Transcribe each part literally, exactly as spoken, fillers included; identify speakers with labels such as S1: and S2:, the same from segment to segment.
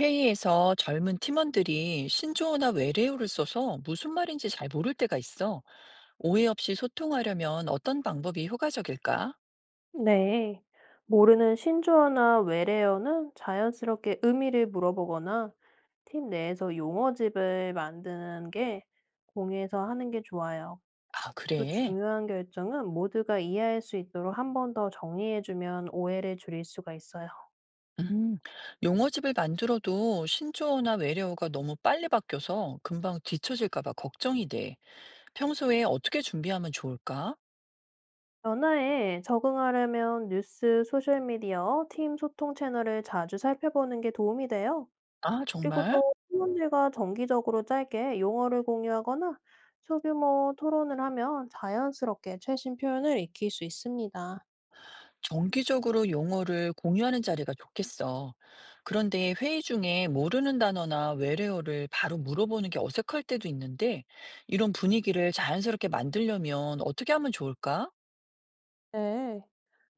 S1: 회의에서 젊은 팀원들이 신조어나 외래어를 써서 무슨 말인지 잘 모를 때가 있어. 오해 없이 소통하려면 어떤 방법이 효과적일까?
S2: 네. 모르는 신조어나 외래어는 자연스럽게 의미를 물어보거나 팀 내에서 용어집을 만드는 게 공유해서 하는 게 좋아요.
S1: 아,
S2: 또
S1: 그래.
S2: 중요한 결정은 모두가 이해할 수 있도록 한 번 더 정리해주면 오해를 줄일 수가 있어요.
S1: 음, 용어집을 만들어도 신조어나 외래어가 너무 빨리 바뀌어서 금방 뒤처질까 봐 걱정이 돼. 평소에 어떻게 준비하면 좋을까?
S2: 변화에 적응하려면 뉴스, 소셜미디어, 팀 소통 채널을 자주 살펴보는 게 도움이 돼요.
S1: 아,
S2: 그리고
S1: 정말?
S2: 또 팀원들과 정기적으로 짧게 용어를 공유하거나 소규모 토론을 하면 자연스럽게 최신 표현을 익힐 수 있습니다.
S1: 정기적으로 용어를 공유하는 자리가 좋겠어. 그런데 회의 중에 모르는 단어나 외래어를 바로 물어보는 게 어색할 때도 있는데, 이런 분위기를 자연스럽게 만들려면 어떻게 하면 좋을까?
S2: 네.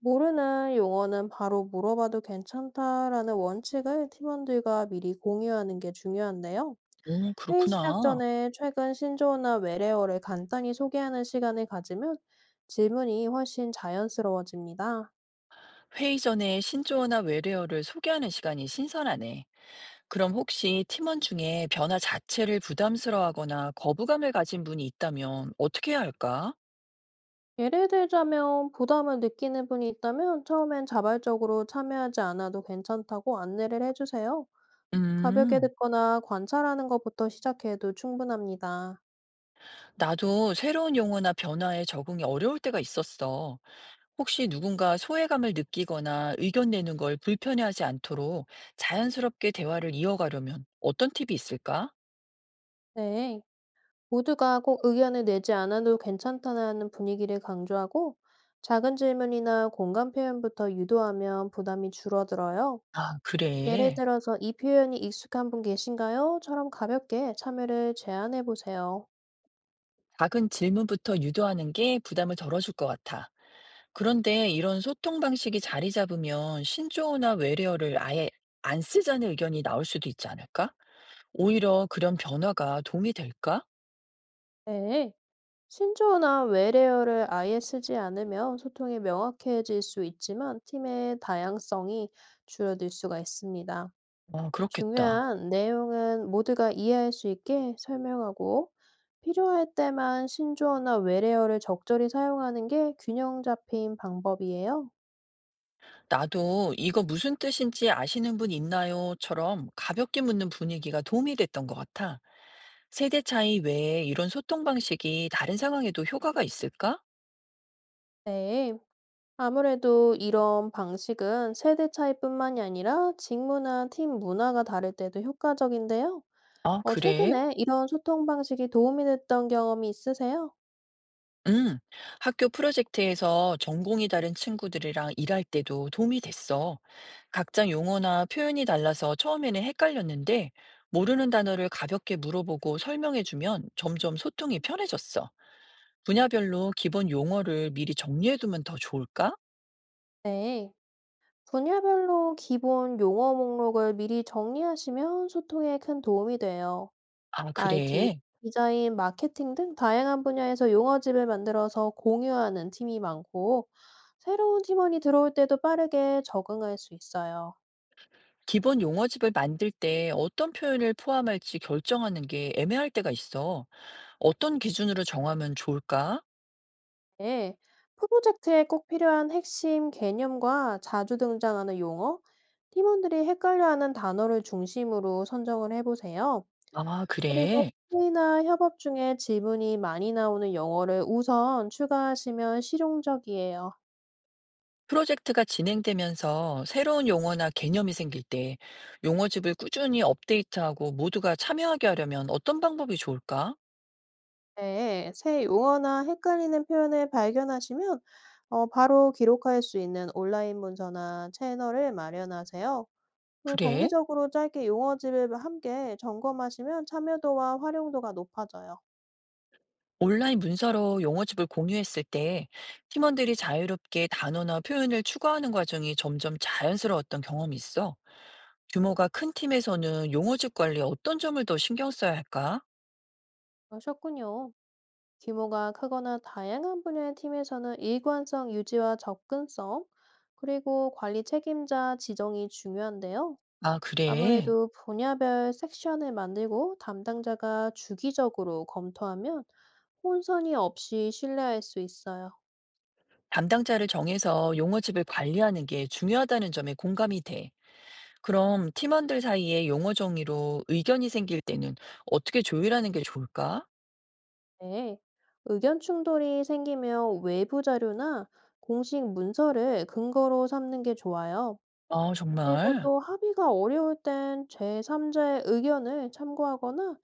S2: 모르는 용어는 바로 물어봐도 괜찮다라는 원칙을 팀원들과 미리 공유하는 게 중요한데요.
S1: 오,
S2: 회의 시작
S1: 그렇구나.
S2: 전에 최근 신조어나 외래어를 간단히 소개하는 시간을 가지면 질문이 훨씬 자연스러워집니다.
S1: 회의 전에 신조어나 외래어를 소개하는 시간이 신선하네. 그럼 혹시 팀원 중에 변화 자체를 부담스러워하거나 거부감을 가진 분이 있다면 어떻게 해야 할까?
S2: 예를 들자면 부담을 느끼는 분이 있다면 처음엔 자발적으로 참여하지 않아도 괜찮다고 안내를 해주세요. 가볍게
S1: 음.
S2: 듣거나 관찰하는 것부터 시작해도 충분합니다.
S1: 나도 새로운 용어나 변화에 적응이 어려울 때가 있었어. 혹시 누군가 소외감을 느끼거나 의견 내는 걸 불편해하지 않도록 자연스럽게 대화를 이어가려면 어떤 팁이 있을까?
S2: 네. 모두가 꼭 의견을 내지 않아도 괜찮다는 분위기를 강조하고 작은 질문이나 공감 표현부터 유도하면 부담이 줄어들어요.
S1: 아,
S2: 예를
S1: 그래.
S2: 들어서 이 표현이 익숙한 분 계신가요? 처럼 가볍게 참여를 제안해 보세요.
S1: 작은 질문부터 유도하는 게 부담을 덜어줄 것 같아. 그런데 이런 소통 방식이 자리 잡으면 신조어나 외래어를 아예 안 쓰자는 의견이 나올 수도 있지 않을까? 오히려 그런 변화가 도움이 될까?
S2: 네. 신조어나 외래어를 아예 쓰지 않으면 소통이 명확해질 수 있지만 팀의 다양성이 줄어들 수가 있습니다.
S1: 아, 그렇겠다.
S2: 중요한 내용은 모두가 이해할 수 있게 설명하고 필요할 때만 신조어나 외래어를 적절히 사용하는 게 균형 잡힌 방법이에요.
S1: 나도 이거 무슨 뜻인지 아시는 분 있나요?처럼 가볍게 묻는 분위기가 도움이 됐던 것 같아. 세대 차이 외에 이런 소통 방식이 다른 상황에도 효과가 있을까?
S2: 네. 아무래도 이런 방식은 세대 차이뿐만이 아니라 직무나 팀 문화가 다를 때도 효과적인데요.
S1: 아,
S2: 어,
S1: 그래?
S2: 최근에 이런 소통 방식이 도움이 됐던 경험이 있으세요?
S1: 응. 학교 프로젝트에서 전공이 다른 친구들이랑 일할 때도 도움이 됐어. 각자 용어나 표현이 달라서 처음에는 헷갈렸는데, 모르는 단어를 가볍게 물어보고 설명해주면 점점 소통이 편해졌어. 분야별로 기본 용어를 미리 정리해두면 더 좋을까?
S2: 네. 분야별로 기본 용어 목록을 미리 정리하시면 소통에 큰 도움이 돼요.
S1: 아,
S2: 아이티,
S1: 그래.
S2: 디자인, 마케팅 등 다양한 분야에서 용어집을 만들어서 공유하는 팀이 많고, 새로운 팀원이 들어올 때도 빠르게 적응할 수 있어요.
S1: 기본 용어집을 만들 때 어떤 표현을 포함할지 결정하는 게 애매할 때가 있어. 어떤 기준으로 정하면 좋을까?
S2: 네. 프로젝트에 꼭 필요한 핵심 개념과 자주 등장하는 용어, 팀원들이 헷갈려하는 단어를 중심으로 선정을 해보세요.
S1: 아,
S2: 그리고
S1: 그래.
S2: 회의나 협업 중에 질문이 많이 나오는 용어를 우선 추가하시면 실용적이에요.
S1: 프로젝트가 진행되면서 새로운 용어나 개념이 생길 때 용어집을 꾸준히 업데이트하고 모두가 참여하게 하려면 어떤 방법이 좋을까?
S2: 네, 새 용어나 헷갈리는 표현을 발견하시면 어, 바로 기록할 수 있는 온라인 문서나 채널을 마련하세요. 또
S1: 그래.
S2: 정기적으로 짧게 용어집을 함께 점검하시면 참여도와 활용도가 높아져요.
S1: 온라인 문서로 용어집을 공유했을 때 팀원들이 자유롭게 단어나 표현을 추가하는 과정이 점점 자연스러웠던 경험이 있어. 규모가 큰 팀에서는 용어집 관리에 어떤 점을 더 신경 써야 할까?
S2: 그러셨군요. 규모가 크거나 다양한 분야의 팀에서는 일관성 유지와 접근성, 그리고 관리 책임자 지정이 중요한데요.
S1: 아, 그래.
S2: 아무래도 분야별 섹션을 만들고 담당자가 주기적으로 검토하면 혼선이 없이 신뢰할 수 있어요.
S1: 담당자를 정해서 용어집을 관리하는 게 중요하다는 점에 공감이 돼. 그럼 팀원들 사이에 용어 정의로 의견이 생길 때는 어떻게 조율하는 게 좋을까?
S2: 네. 의견 충돌이 생기면 외부 자료나 공식 문서를 근거로 삼는 게 좋아요.
S1: 아,
S2: 그리고
S1: 정말.
S2: 또 합의가 어려울 땐 제삼자의 의견을 참고하거나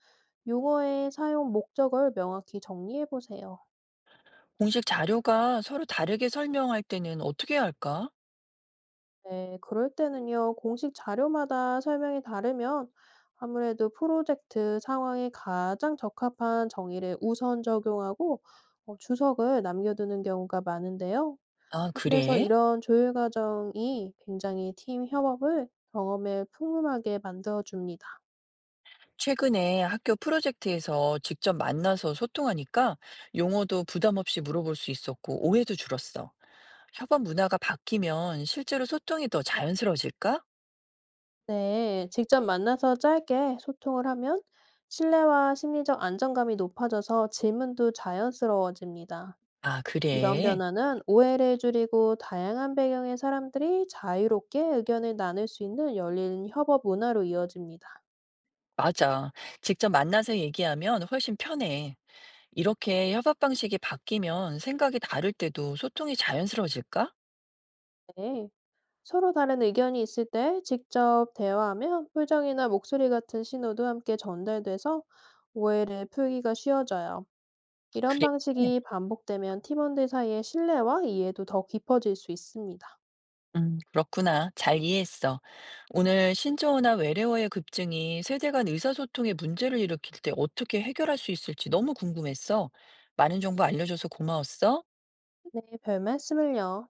S2: 용어의 사용 목적을 명확히 정리해 보세요.
S1: 공식 자료가 서로 다르게 설명할 때는 어떻게 해야 할까?
S2: 네, 그럴 때는요, 공식 자료마다 설명이 다르면 아무래도 프로젝트 상황에 가장 적합한 정의를 우선 적용하고 어, 주석을 남겨두는 경우가 많은데요.
S1: 아,
S2: 어, 그래서
S1: 그래.
S2: 이런 조율 과정이 굉장히 팀 협업을 경험에 풍부하게 만들어 줍니다.
S1: 최근에 학교 프로젝트에서 직접 만나서 소통하니까 용어도 부담 없이 물어볼 수 있었고 오해도 줄었어. 협업 문화가 바뀌면 실제로 소통이 더 자연스러워질까?
S2: 네, 직접 만나서 짧게 소통을 하면 신뢰와 심리적 안정감이 높아져서 질문도 자연스러워집니다.
S1: 아,
S2: 이런
S1: 그래.
S2: 변화는 오해를 줄이고 다양한 배경의 사람들이 자유롭게 의견을 나눌 수 있는 열린 협업 문화로 이어집니다.
S1: 맞아. 직접 만나서 얘기하면 훨씬 편해. 이렇게 협업 방식이 바뀌면 생각이 다를 때도 소통이 자연스러워질까?
S2: 네, 서로 다른 의견이 있을 때 직접 대화하면 표정이나 목소리 같은 신호도 함께 전달돼서 오해를 풀기가 쉬워져요. 이런
S1: 그래.
S2: 방식이 반복되면 팀원들 사이의 신뢰와 이해도 더 깊어질 수 있습니다.
S1: 음, 그렇구나. 잘 이해했어. 오늘 신조어나 외래어의 급증이 세대 간 의사소통에 문제를 일으킬 때 어떻게 해결할 수 있을지 너무 궁금했어. 많은 정보 알려줘서 고마웠어.
S2: 네, 별 말씀을요.